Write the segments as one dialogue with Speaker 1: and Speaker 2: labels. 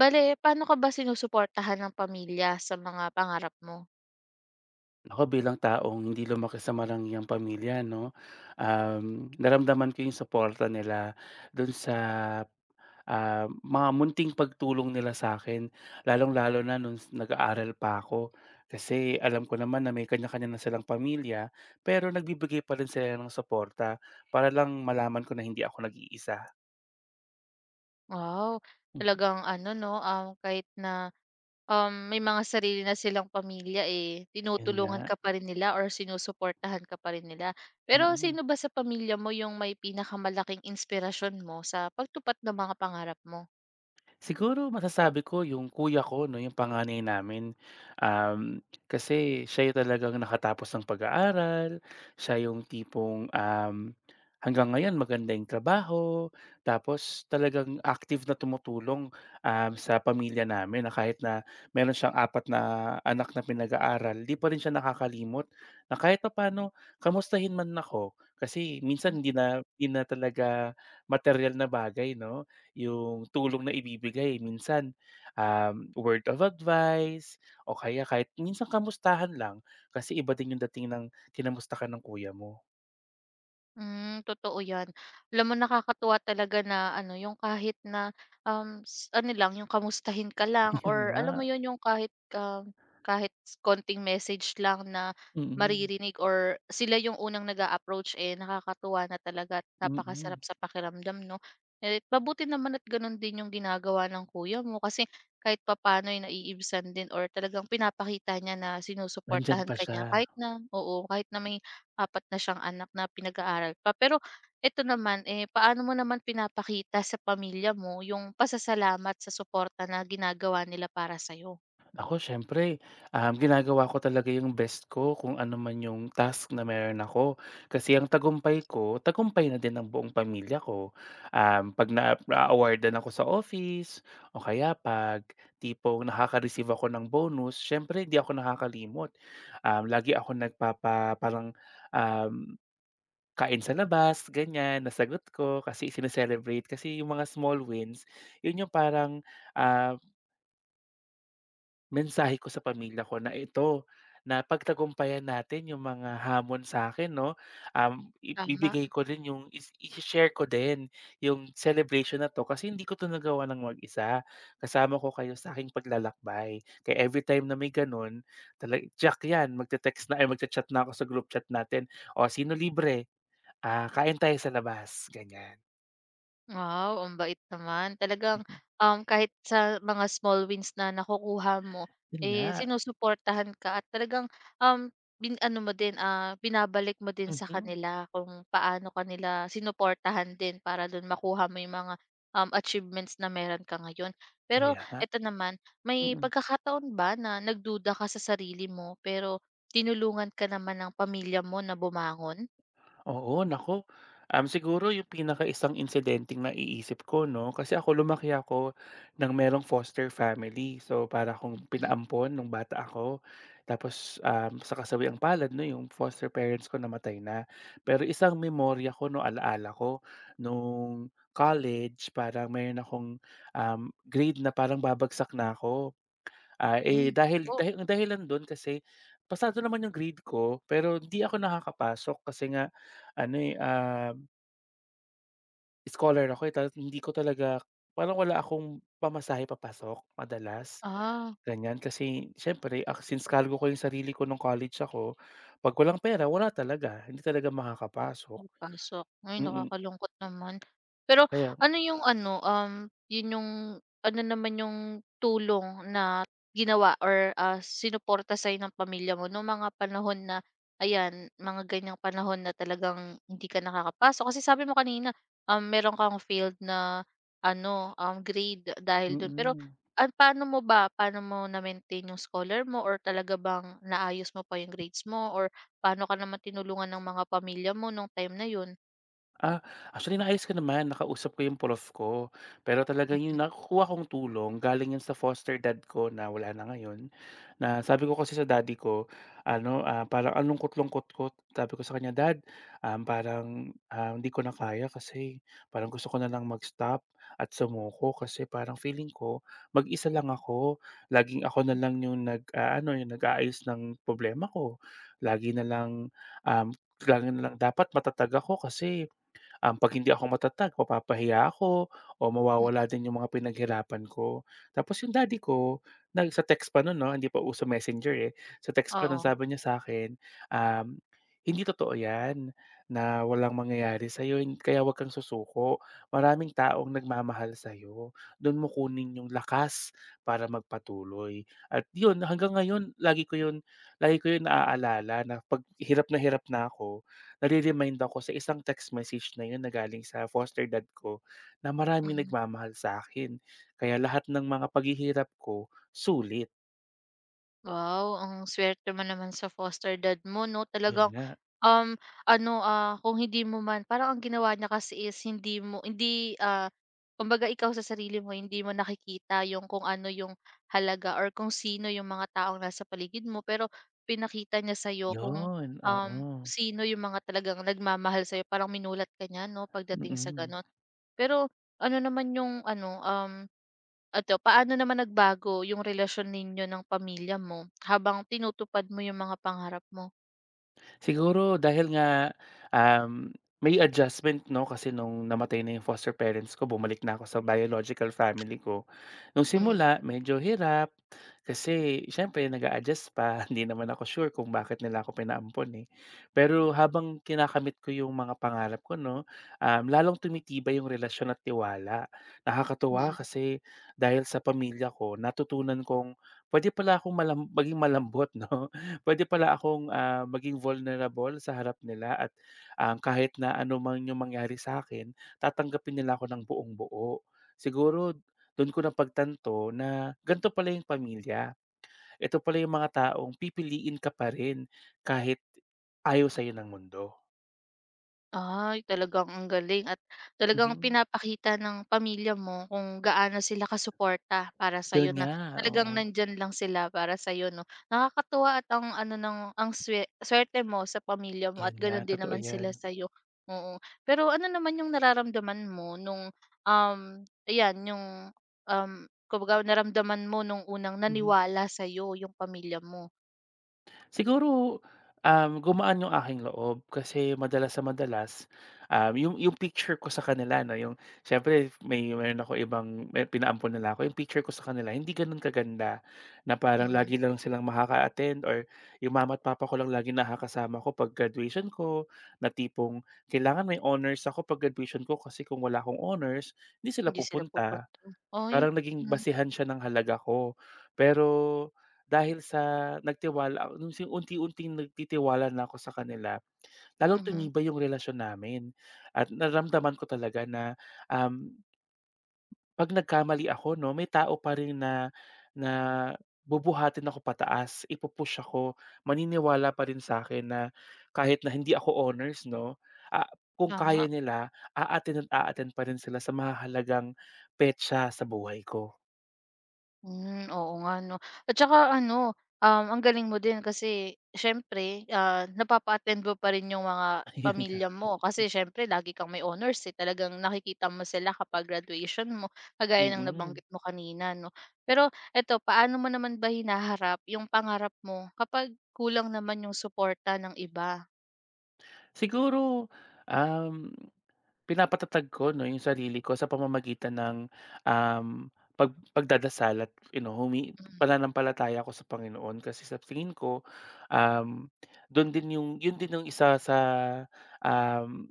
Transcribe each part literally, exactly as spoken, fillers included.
Speaker 1: Bale, paano ka ba sinusuportahan ng pamilya sa mga pangarap mo?
Speaker 2: Ako bilang taong hindi lumaki sa marangyang pamilya 'no, um, naramdaman ko yung suporta nila dun sa, ah, mga munting pagtulong nila sa akin. Lalong-lalo na nung s- nag-aaral pa ako. Kasi alam ko naman na may kanya-kanya na silang pamilya, pero nagbibigay pa rin sila ng suporta para lang malaman ko na hindi ako nag-iisa.
Speaker 1: Wow, talagang ano 'no, um, kahit na, um, may mga sarili na silang pamilya, eh,
Speaker 2: Yun
Speaker 1: tinutulungan
Speaker 2: nga.
Speaker 1: ka pa rin nila or sinusuportahan ka pa rin nila. Pero
Speaker 2: Mm.
Speaker 1: sino ba sa pamilya mo yung may pinakamalaking inspirasyon mo sa pagtupad ng mga pangarap mo?
Speaker 2: Siguro masasabi ko yung kuya ko 'no, yung panganay namin. Um, kasi siya yung talagang nakatapos ng pag-aaral, siya yung tipong, um, hanggang ngayon maganda yung trabaho, tapos talagang active na tumutulong, um, sa pamilya namin na kahit na meron siyang apat na anak na pinag-aaral, 'di pa rin siya nakakalimot na kahit pa paano kamustahin man ako. Kasi minsan hindi na hindi na talaga material na bagay 'no, yung tulong na ibibigay minsan, um, word of advice o kaya kahit minsan kamustahan lang kasi iba din yung dating ng kinamusta ka ng kuya mo.
Speaker 1: Hmm, totoo 'yan. Alam mo nakakatuwa talaga na ano, yung kahit na, um, s ano lang, yung kamustahin ka lang
Speaker 2: Yun
Speaker 1: or
Speaker 2: nga.
Speaker 1: alam mo yun, yung kahit, um, kahit s- konting message lang na
Speaker 2: Mm.
Speaker 1: maririnig or sila yung unang nag approach eh, nakakatuwa na talaga at
Speaker 2: Mm.
Speaker 1: napakasarap sa pakiramdam 'no. Eh, mabuti naman at ganun din yung ginagawa ng kuya mo kasi kahit papaano ay naiibsan din or talagang pinapakita niya na
Speaker 2: Nandiyan
Speaker 1: sinusuportahan
Speaker 2: pa
Speaker 1: ka niya
Speaker 2: siya.
Speaker 1: kahit na oo, kahit na may apat na siyang anak na pinag-aaral pa. Pero ito naman, eh, paano mo naman pinapakita sa pamilya mo yung pasasalamat sa suporta na ginagawa nila para sa'yo?
Speaker 2: Ako siyempre, um, ginagawa ko talaga yung best ko kung ano man yung task na meron ako. Kasi ang tagumpay ko, tagumpay na din ng buong pamilya ko. Um, pag na- na-awardan ako sa office, o kaya pag tipong nakaka-receive ako ng bonus, siyempre hindi ako nakakalimot. Um, lagi ako nagpapa, parang um, kain sa labas, ganyan, nasagot ko kasi sineselebrate. Kasi yung mga small wins, yun yung parang um, mensahe ko sa pamilya ko na ito, na pagtagumpayan natin yung mga hamon sa akin, 'no, um,
Speaker 1: Tama.
Speaker 2: ibibigay ko rin yung is i share ko din yung celebration na 'to kasi hindi ko 'to nagawa ng mag-isa, kasama ko kayo sa aking paglalakbay. Kaya everytime na may gano'n, talag, tiyak 'yan magte-text na ay magcha-chat na ako sa group chat natin, "O sino libre? Ah, kain tayo sa labas." Ganyan.
Speaker 1: Wow, ang bait naman. Talagang,
Speaker 2: Mhm.
Speaker 1: um, kahit sa mga small wins na nakukuha mo,
Speaker 2: 'Yun
Speaker 1: eh,
Speaker 2: nga.
Speaker 1: sinusuportahan ka at talagang, um, bin-ano mo din, ah, binabalik mo din sa
Speaker 2: Mhm.
Speaker 1: kanila kung paano kanila nila sinuportahan din para dun makuha mo yung mga, um, achievements na meron ka ngayon. Pero
Speaker 2: Kaya nga.
Speaker 1: eto naman, may
Speaker 2: Mm.
Speaker 1: pagkakataon ba na nagduda ka sa sarili mo pero tinulungan ka naman ng pamilya mo na bumangon?
Speaker 2: Oo, naku. Um, siguro yung pinaka pinakaisang insidenteng naiisip ko 'no, kasi ako lumaki ako ng merong foster family. So, para akong
Speaker 1: Hmm,
Speaker 2: pinaampon nung bata ako. Tapos, um, sa kasawiang palad 'no, yung foster parents ko namatay na. Pero isang memorya ko 'no, ala ko nung college parang meron akong, um, grade na parang babagsak na ako. Ah, eh,
Speaker 1: hmm,
Speaker 2: dahil
Speaker 1: naku,
Speaker 2: dahil ang dahilan do'n kasi pasado naman 'yung grade ko, pero hindi ako nakakapasok kasi nga ano, eh, ah, scholar ako, eh, tapos hindi ko talaga parang wala akong pamasahe papasok madalas,
Speaker 1: ah.
Speaker 2: ganiyan. Kasi siyempre, ah, since cargo ko 'yung sarili ko nung college ako, 'pag walang pera wala talaga, hindi talaga makakapasok.
Speaker 1: Ang pasok. Ay
Speaker 2: Mm.
Speaker 1: nakakalungkot naman. Pero
Speaker 2: Kaya
Speaker 1: ano yung ano, um, yun yung ano naman yung tulong na ginawa or, ah, sinuporta sa'yo ng pamilya mo nung mga panahon na ayan, mga ganiyang panahon na talagang hindi ka nakakapasok? Kasi sabi mo kanina, um, meron kang field na ano, um, grade dahil dun. Pero,
Speaker 2: mm.
Speaker 1: ah, paano mo ba paano mo na-maintain yung scholar mo or talaga bang naayos mo pa yung grades mo or Paano ka naman tinulungan ng mga pamilya mo nung time na yun?
Speaker 2: Ah, actually naayos ko naman, nakausap ko yung prof ko. Pero talagang yung nakukuha kong tulong galing yun sa foster dad ko na wala na ngayon, na sabi ko kasi sa daddy ko ano, ah, parang ang lungkot kot ko. Sabi ko sa kanya, "Dad, um, parang, ah, hindi ko na kaya kasi parang gusto ko na lang mag-stop at sumuko kasi parang feeling ko mag-isa lang ako. Laging ako na lang yung nag ah, ano yung nag-aayos ng problema ko. Lagi na lang, um, lagi na lang dapat matatag ako kasi um, 'pag hindi ako matatag mapapahiya ako o
Speaker 1: Mm.
Speaker 2: mawawala din yung mga pinaghirapan ko. Tapos yung daddy ko nag sa text pa nun 'no, hindi pa uso Messenger, eh. Sa text pa nun
Speaker 1: Oo,
Speaker 2: sabi niya sa'kin, um, "Hindi totoo yan na walang mangyayari sa'yo hin kaya huwag kang susuko. Maraming taong nagmamahal sa'yo. Dun mo kunin yung lakas para magpatuloy." At yun hanggang ngayon lagi ko yun lagi ko yun naaalala na 'pag hirap na hirap na ako nare-remind ako sa isang text message na yun na galing sa foster dad ko na maraming
Speaker 1: mm.
Speaker 2: nagmamahal sa akin. Kaya lahat ng mga paghihirap ko sulit.
Speaker 1: Wow, ang swerte mo naman sa foster dad mo 'no,
Speaker 2: Yun
Speaker 1: talagang,
Speaker 2: nga.
Speaker 1: um, ano, ah, kung hindi mo man parang ang ginawa niya kasi is hindi mo hindi, ah, kumbaga ikaw sa sarili mo hindi mo nakikita yung kung ano yung halaga or kung sino yung mga taong nasa paligid mo, pero pinakita niya sa'yo kung,
Speaker 2: Yun,
Speaker 1: um,
Speaker 2: oo.
Speaker 1: sino yung mga talagang nagmamahal sa'yo, parang minulat ka niya 'no, pagdating sa
Speaker 2: Mm.
Speaker 1: gano'n. Pero ano naman yung ano, um, eto paano naman nagbago yung relasyon ninyo ng pamilya mo habang tinutupad mo yung mga pangarap mo?
Speaker 2: Siguro dahil nga, um, may adjustment 'no, kasi nung namatay na yung foster parents ko bumalik na ako sa biological family ko. Nung
Speaker 1: Mm,
Speaker 2: simula medyo hirap, kasi siyempre nag-a-adjust pa, hindi naman ako sure kung bakit nila ako pinaampon, eh. Pero habang kinakamit ko yung mga pangarap ko 'no, um, lalong tumitibay yung relasyon at tiwala. Nakakatuwa
Speaker 1: mm.
Speaker 2: kasi dahil sa pamilya ko natutunan kong pwede pala akong malam maging malambot 'no, Puwede pala akong, ah, maging vulnerable sa harap nila at, um, kahit na ano man yung mangyari sa akin tatanggapin nila ako ng buong-buo. Siguro do'n ko napagtanto na ganito pala yung pamilya, ito pala yung mga taong pipiliin ka pa rin kahit ayaw sa'yo ng mundo.
Speaker 1: Ay, talagang ang galing at talagang
Speaker 2: Mhm.
Speaker 1: pinapakita ng pamilya mo kung gaano sila kasuporta para
Speaker 2: 'Yun
Speaker 1: sa'yo na
Speaker 2: nga, oo.
Speaker 1: talagang nandyan lang sila para sa 'no. Nakakatuwa at ang ano ng ang swe suwerte mo sa pamilya mo
Speaker 2: 'Yun
Speaker 1: at
Speaker 2: nga,
Speaker 1: gano'n din
Speaker 2: totoo
Speaker 1: naman
Speaker 2: 'yan.
Speaker 1: sila sa oo. Pero ano naman yung nararamdaman mo nung, um, ayan yung, um, kumbaga naramdaman mo nung unang
Speaker 2: Mhm.
Speaker 1: naniwala sa'yo yung pamilya mo?
Speaker 2: Siguro, um, gumaan yung aking loob kasi madalas sa madalas, um, yung yung picture ko sa kanila 'no, yung siyempre may meron ako ibang may pinaampon nila ako, yung picture ko sa kanila hindi gano'n kaganda na parang
Speaker 1: Mm,
Speaker 2: lagi lang silang makaka-attend or yung mama at papa ko lang lagi nakakasama ko 'pag graduation ko, na tipong kailangan may honors ako 'pag graduation ko kasi kung wala akong honors, hindi sila
Speaker 1: hindi sila
Speaker 2: pupunta.
Speaker 1: pupunta. Ay,
Speaker 2: Parang naging
Speaker 1: hmm,
Speaker 2: basehan siya ng halaga ko. Pero dahil sa nagtiwala nung si unti-unting nagtitiwala na ako sa kanila, lalong
Speaker 1: mhm,
Speaker 2: tumibay yung relasyon namin at naramdaman ko talaga na, um, 'pag nagkamali ako 'no, may tao pa rin na na bubuhatin ako pataas, ipu ako, maniniwala pa rin sa akin na kahit na hindi ako honors 'no, ah, kung kaya
Speaker 1: tama.
Speaker 2: nila, aatin at aatin pa rin sila sa mahalagang petsa sa buhay ko.
Speaker 1: Hmm, oo nga 'no. At saka ano, um, ang galing mo din kasi siyempre, ah, napapa-attend mo pa rin yung mga
Speaker 2: Ayun.
Speaker 1: pamilya mo kasi siyempre lagi kang may honors, eh, talagang nakikita mo sila kapag graduation mo, kagaya ng
Speaker 2: Mm.
Speaker 1: nabanggit mo kanina 'no. Pero eto, paano mo naman ba hinaharap yung pangarap mo kapag kulang naman yung suporta ng iba?
Speaker 2: Siguro, um, pinapatatag ko 'no, yung sarili ko sa pamamagitan ng, um, pag pagdadasal at you know, humi
Speaker 1: Hmm,
Speaker 2: pananampalataya ako sa Panginoon kasi sa tingin ko, um, don din yung yun din yung isa sa, um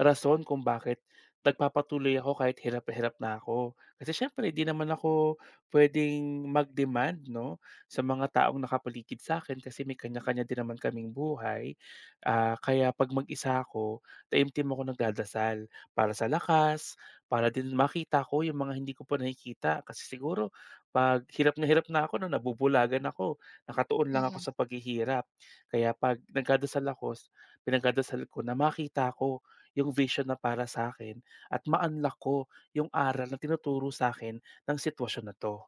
Speaker 2: rason kung bakit nagpapatuloy ako kahit hirap na hirap na ako. Kasi siyempre hindi naman ako puwedeng mag-demand 'no, sa mga taong nakapaligid sa akin, kasi may kanya-kanya din naman kaming buhay. Ah, kaya 'pag mag-isa ako, taimtim ako nagdadasal para sa lakas, para din makita ko yung mga hindi ko pa nakikita. Kasi siguro 'pag hirap na hirap na ako 'no, nabubulagan ako, nakatuon lang ako
Speaker 1: mm.
Speaker 2: sa paghihirap. Kaya 'pag nagdadasal ako, pinagdadasal ko na makita ko yung vision na para sa akin at ma-unlock ko yung aral na tinuturo sa akin ng sitwasyon na 'to.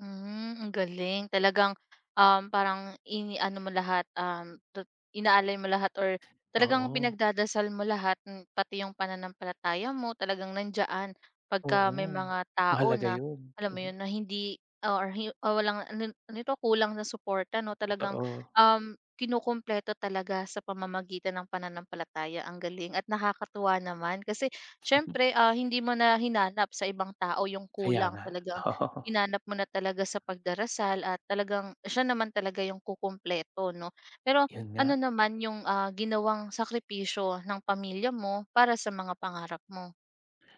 Speaker 1: Hmm, ang galing. Talagang, um, parang iniano mo lahat, um, tut inaalay mo lahat or talagang
Speaker 2: Oo,
Speaker 1: pinagdadasal mo lahat, hmm, pati yung pananampalataya mo talagang nandiyaan pagka may
Speaker 2: oo.
Speaker 1: mga tao
Speaker 2: Mahalaga
Speaker 1: na
Speaker 2: yun.
Speaker 1: alam mo
Speaker 2: Mhm.
Speaker 1: yun, na hindi ah, or hi o walang ano ano ito, kulang na suporta 'no, talagang,
Speaker 2: Totoo.
Speaker 1: um, kinukumpleto talaga sa pamamagitan ng pananampalataya. Ang galing at nakakatuwa naman kasi
Speaker 2: Mhm.
Speaker 1: siyempre, ah, hindi mo na hinanap sa ibang tao yung
Speaker 2: Kaya
Speaker 1: kulang.
Speaker 2: nga.
Speaker 1: Talagang
Speaker 2: Oo,
Speaker 1: Hinanap mo na talaga sa pagdarasal at talagang siya naman talaga yung kukumpleto 'no. Pero
Speaker 2: yun
Speaker 1: ano
Speaker 2: nga.
Speaker 1: naman yung, ah, ginawang sakripisyo ng pamilya mo para sa mga pangarap mo?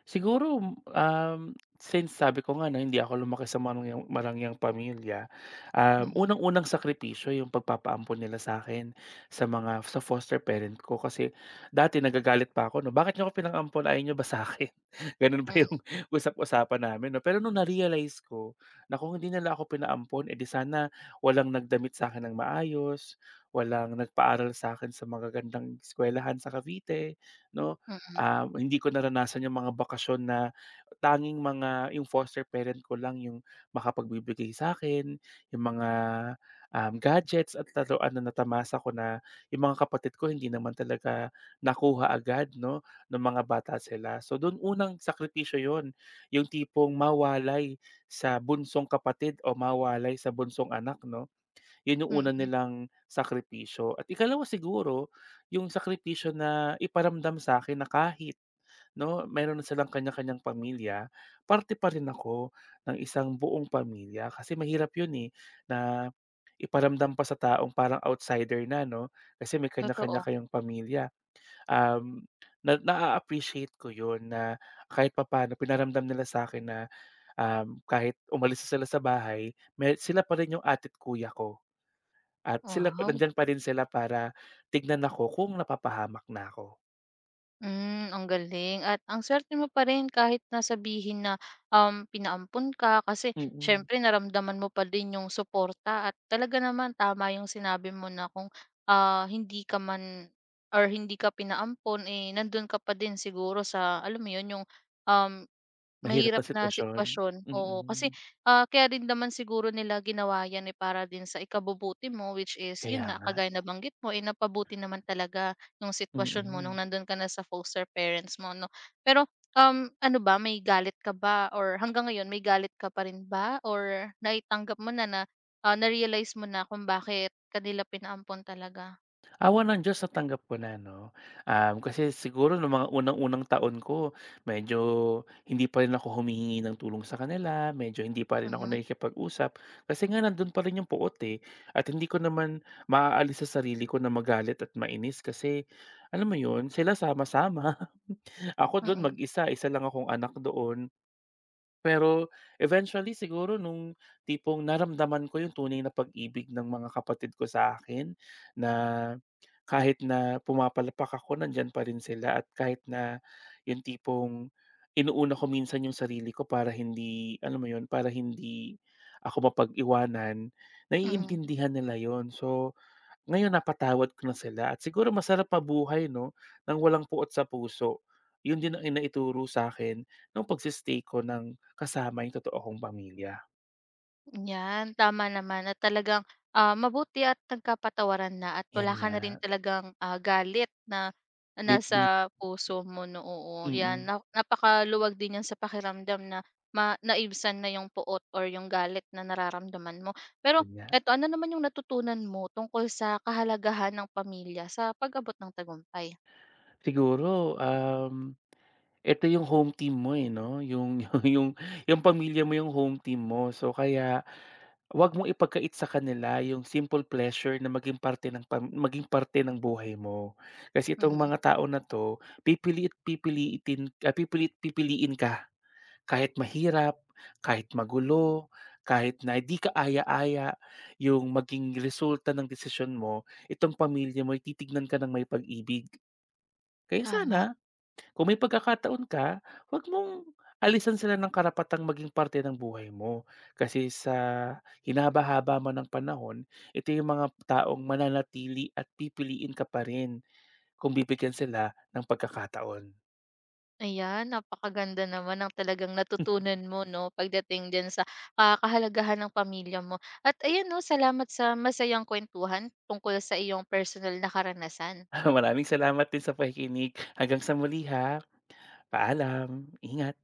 Speaker 2: Siguro, um, since sabi ko nga 'no, hindi ako lumaki sa marangyang marangyang pamilya, um,
Speaker 1: Mhm,
Speaker 2: unang-unang sakripisyo yung pagpapaampon nila sa akin sa mga sa foster parent ko. Kasi dati nagagalit pa ako 'no, "Bakit niyo ako pinang-ampon, ayaw niyo ba sa'kin?" Gano'n pa
Speaker 1: mm,
Speaker 2: yung usap-usapan namin 'no. Pero nung na-realize ko na kung hindi nila ako pinaampon, edi sana walang nagdamit sa akin ng maayos, walang nagpaaral sa akin sa mga magagandang eskuwelahan sa Cavite 'no,
Speaker 1: mm,
Speaker 2: ah hindi ko naranasan yung mga bakasyon na tanging mga yung foster parent ko lang yung makapagbibigay sa akin, yung mga, um, gadgets at laruan na natamasa ko na yung mga kapatid ko hindi naman talaga nakuha agad 'no, nung mga bata sila. So dun unang sakripisyo yon, yung tipong mawalay sa bunsong kapatid o mawalay sa bunsong anak 'no, yun yung una
Speaker 1: mm,
Speaker 2: nilang sakripisyo. At ikalawa siguro, yung sakripisyo na iparamdam sa akin na kahit 'no, meron na silang kanya-kanyang pamilya, parte pa rin ako ng isang buong pamilya kasi mahirap 'yun, eh, na iparamdam pa sa taong parang outsider na 'no, kasi may kanya-kanya
Speaker 1: totoo.
Speaker 2: kayong pamilya. Um, na naa-appreciate ko 'yun na kahit papaano pinaramdam nila sa akin na, um, kahit umalis na sila sa bahay, may sila pa rin yung ati't kuya ko at sila pa
Speaker 1: Wow.
Speaker 2: nandiyan pa rin sila para tignan ako kung napapahamak na ako.
Speaker 1: Hmm, ang galing at ang suwerte mo pa rin kahit na sabihin na, um, pinaampun ka kasi
Speaker 2: Mm.
Speaker 1: siyempre naramdaman mo pa din yung suporta at talaga naman tama yung sinabi mo na kung, ah, hindi ka man or hindi ka pinaampon, eh, nandun ka pa din siguro sa alam mo yun, yung, um,
Speaker 2: Mahirap
Speaker 1: Mahirap
Speaker 2: na
Speaker 1: na
Speaker 2: sitwasyon.
Speaker 1: sitwasyon, oo. Kasi,
Speaker 2: Mm.
Speaker 1: ah, kaya din naman siguro nila ginawa 'yan, eh, para din sa ikabubuti mo which is 'yun
Speaker 2: Kaya
Speaker 1: nga
Speaker 2: nga.
Speaker 1: kagaya na banggit mo, eh, napabuti naman talaga yung sitwasyon mo nung
Speaker 2: Mm.
Speaker 1: nandun ka na sa foster parents mo 'no. Pero, um, ano ba may galit ka ba or hanggang ngayon may galit ka pa rin ba or naitanggap mo na na, ah, na-realize mo na kung bakit kanila nila pinaampon talaga?
Speaker 2: Awa ng Diyos natanggap ko na 'no. Um, kasi siguro noong mga unang-unang taon ko medyo hindi pa rin ako humihingi ng tulong sa kanila, medyo hindi pa rin ako
Speaker 1: Mhm,
Speaker 2: nakikipag-usap kasi nga nandun pa rin yung puot, eh, at hindi ko naman maaalis sa sarili ko na magalit at mainis kasi alam mo yun, sila sama-sama, ako dun
Speaker 1: mm,
Speaker 2: mag-isa, isa lang akong anak doon. Pero eventually siguro nung tipong naramdaman ko yung tunay na pag-ibig ng mga kapatid ko sa akin na kahit na pumapalpak ako nandiyan pa rin sila at kahit na yung tipong inuuna ko minsan yung sarili ko para hindi alam mo yun, para hindi ako mapag-iwanan,
Speaker 1: mm.
Speaker 2: naiintindihan nila yon. So ngayon napatawad ko na sila at siguro masarap mabuhay 'no, ng walang puot sa puso. 'Yun din ang naituro sa'kin nung pagse-stay ko ng kasama yung totoo kong pamilya.
Speaker 1: Yan, tama naman at talagang, ah, mabuti at nagkapatawaran na at
Speaker 2: 'Yan
Speaker 1: wala ka na rin
Speaker 2: nga.
Speaker 1: talagang, ah, galit na
Speaker 2: bit
Speaker 1: nasa puso mo 'no, oo. Yan,
Speaker 2: mm.
Speaker 1: na napakaluwag din yan sa pakiramdam na ma naibsan na yung poot or yung galit na nararamdaman mo. Pero
Speaker 2: 'Yun nga.
Speaker 1: eto, ano naman yung natutunan mo tungkol sa kahalagahan ng pamilya sa pag-abot ng tagumpay?
Speaker 2: Siguro, um, eto yung home team mo, eh, 'no, yung yung yung yung pamilya mo yung home team mo, so kaya huwag mong ipagkait sa kanila yung simple pleasure na maging parte ng pam maging parte ng buhay mo. Kasi itong
Speaker 1: Mhm,
Speaker 2: mga tao na 'to, pipili at pipiliitin ah, pipili't pipiliin ka kahit mahirap, kahit magulo, kahit na hindi ka aya-aya yung maging resulta ng desisyon mo, itong pamilya mo titignan ka ng may pag-ibig. Kaya sana
Speaker 1: tama.
Speaker 2: kung may pagkakataon ka, huwag mong alisan sila ng karapatang maging parte ng buhay mo. Kasi sa hinaba-haba man ng panahon, ito yung mga taong mananatili at pipiliin ka pa rin kung bibigyan sila ng pagkakataon.
Speaker 1: Ayan, napakaganda naman ang talagang natutunan mo 'no, pagdating din sa, ah, kahalagahan ng pamilya mo. At ayan 'no, salamat sa masayang kuwentuhan tungkol sa iyong personal na karanasan.
Speaker 2: Maraming salamat din sa pakikinig. Hanggang sa muli ha. Paalam. Ingat.